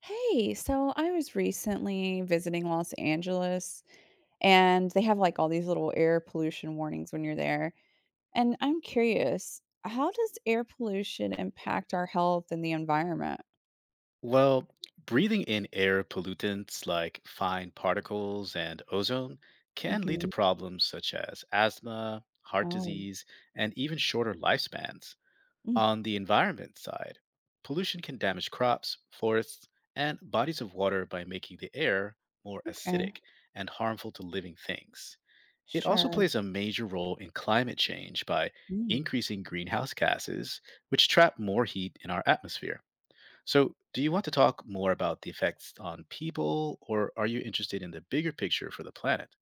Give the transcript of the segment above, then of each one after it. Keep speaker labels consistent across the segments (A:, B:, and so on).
A: Hey, so I was recently visiting Los Angeles and they have like all these little air pollution warnings when you're there. And I'm curious, how does air pollution impact our health and the environment?
B: Well, breathing in air pollutants like fine particles and ozone can lead to
A: Hmm.
B: problems such as asthma, heart
A: Oh,
B: disease, and even shorter lifespans.
A: mm,
B: On the environment side, pollution can damage crops, forests, and bodies of water by making the air more
A: okay,
B: acidic and harmful to living things. It also
A: sure.
B: plays a major role in climate change by
A: Mm.
B: increasing greenhouse gases, which trap more heat in our atmosphere. So, do you want to talk more about the effects on people, or are you interested in the bigger picture for the planet?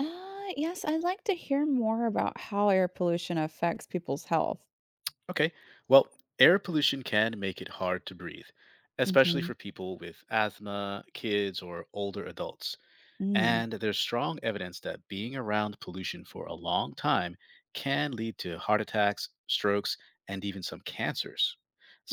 A: Yes, I'd like to hear more about how air pollution affects people's health.
B: Okay, well, air pollution can make it hard to breathe, especially
A: Hmm.
B: for people with asthma, kids, or older adults.
A: Mm,
B: And there's strong evidence that being around pollution for a long time can lead to heart attacks, strokes, and even some cancers.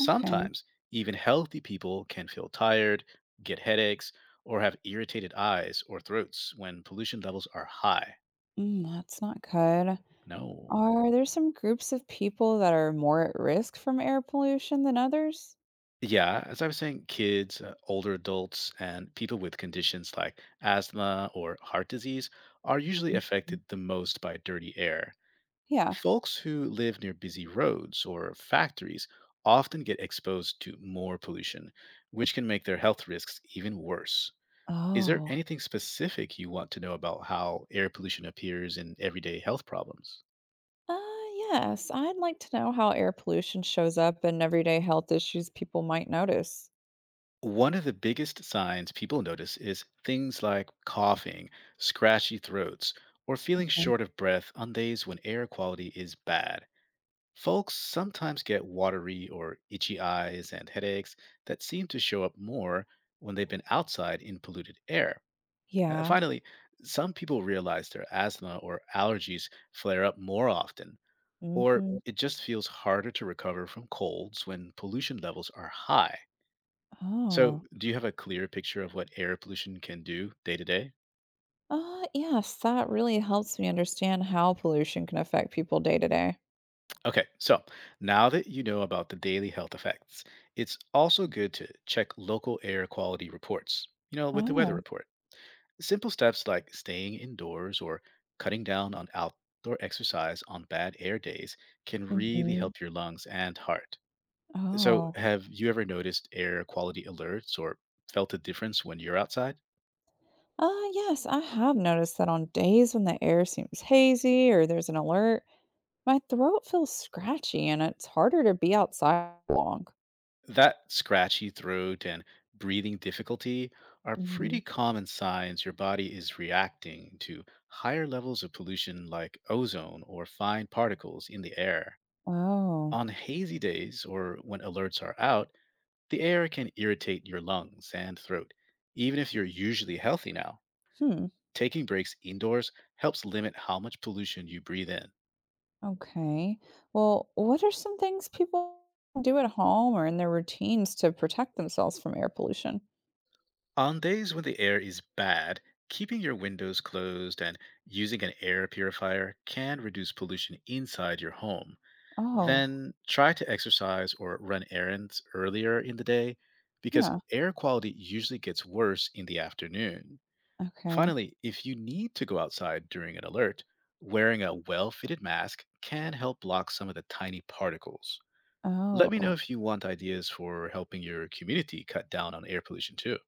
A: okay,
B: even healthy people can feel tired, get headaches, or have irritated eyes or throats when pollution levels are high.
A: mm, that's not good.
B: No.
A: Are there some groups of people that are more at risk from air pollution than others?
B: Yeah, as I was saying, kids, older adults, and people with conditions like asthma or heart disease are usually
A: Mhm.
B: affected the most by dirty air.
A: Yeah.
B: Folks who live near busy roads or factories often get exposed to more pollution, which can make their health risks even worse. Is there
A: Oh.
B: anything specific you want to know about how air pollution appears in everyday health problems?
A: Uh, yes. I'd like to know how air pollution shows up in everyday health issues people might notice.
B: One of the biggest signs people notice is things like coughing, scratchy throats, or feeling
A: Mhm.
B: short of breath on days when air quality is bad. Folks sometimes get watery or itchy eyes and headaches that seem to show up more when they've been outside in polluted air.
A: Yeah.
B: Finally, some people realize their asthma or allergies flare up more often, or
A: Hmm.
B: it just feels harder to recover from colds when pollution levels are high. So,
A: Oh.
B: do you have a clear picture of what air pollution can do day to day?
A: Yes, that really helps me understand how pollution can affect people day to day.
B: Okay, so now that you know about the daily health effects, it's also good to check local air quality reports, with the weather
A: Oh.
B: report. Simple steps like staying indoors or cutting down on outdoor exercise on bad air days can really
A: Hmm.
B: help your lungs and heart. So,
A: Oh.
B: have you ever noticed air quality alerts or felt a difference when you're outside?
A: Yes, I have noticed that on days when the air seems hazy or there's an alert, my throat feels scratchy and it's harder to be outside long.
B: That scratchy throat and breathing difficulty are pretty
A: Mhm.
B: common signs your body is reacting to higher levels of pollution like ozone or fine particles in the air.
A: Oh,
B: On hazy days or when alerts are out, the air can irritate your lungs and throat, even if you're usually healthy now.
A: hmm.
B: Taking breaks indoors helps limit how much pollution you breathe in.
A: Okay. Well, what are some things people do at home or in their routines to protect themselves from air pollution?
B: On days when the air is bad, keeping your windows closed and using an air purifier can reduce pollution inside your home.
A: Oh,
B: Then try to exercise or run errands earlier in the day because
A: yeah.
B: air quality usually gets worse in the afternoon.
A: Okay.
B: Finally, if you need to go outside during an alert, wearing a well fitted mask can help block some of the tiny particles. Let me know
A: Oh.
B: if you want ideas for helping your community cut down on air pollution too.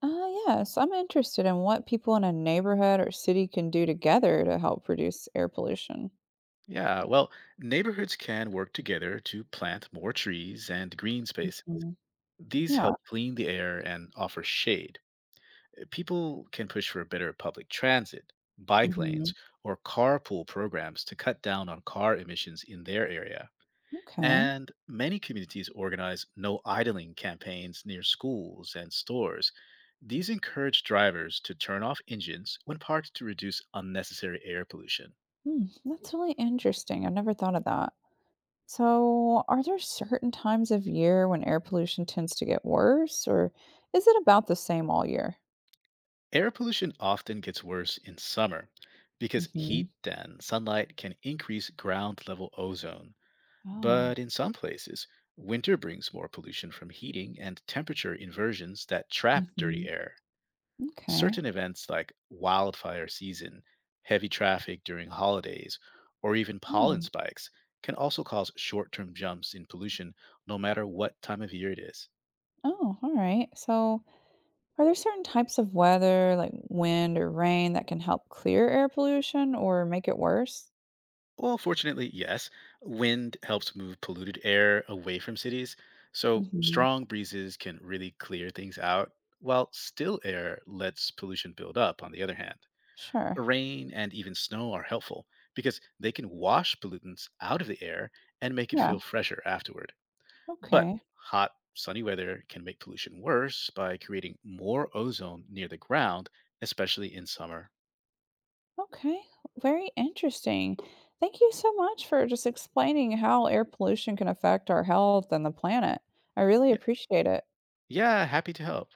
A: Yes, I'm interested in what people in a neighborhood or city can do together to help reduce air pollution.
B: Yeah, well, neighborhoods can work together to plant more trees and green space.
A: Mhm.
B: These
A: Yeah.
B: help clean the air and offer shade. People can push for better public transit, bike
A: Hmm.
B: lanes, or carpool programs to cut down on car emissions in their area.
A: Okay.
B: And many communities organize no idling campaigns near schools and stores. These encourage drivers to turn off engines when parked to reduce unnecessary air pollution.
A: Hmm, that's really interesting. I've never thought of that. So, are there certain times of year when air pollution tends to get worse, or is it about the same all year?
B: Air pollution often gets worse in summer because
A: Hmm.
B: heat and sunlight can increase ground level ozone.
A: Oh,
B: But in some places, winter brings more pollution from heating and temperature inversions that trap
A: hmm,
B: dirty air.
A: okay.
B: Certain events like wildfire season, heavy traffic during holidays, or even pollen
A: Mm.
B: spikes can also cause short term jumps in pollution no matter what time of year it is.
A: Oh, all right. So, are there certain types of weather, like wind or rain, that can help clear air pollution or make it worse?
B: Well, fortunately, yes. Wind helps move polluted air away from cities, so
A: Hmm.
B: strong breezes can really clear things out, while still air lets pollution build up, on the other hand.
A: Sure.
B: Rain and even snow are helpful because they can wash pollutants out of the air and make it
A: Yeah.
B: feel fresher afterward. But
A: Okay.
B: hot, sunny weather can make pollution worse by creating more ozone near the ground, especially in summer.
A: Okay, very interesting. Thank you so much for just explaining how air pollution can affect our health and the planet. I really
B: Yeah,
A: appreciate it.
B: yeah, happy to help.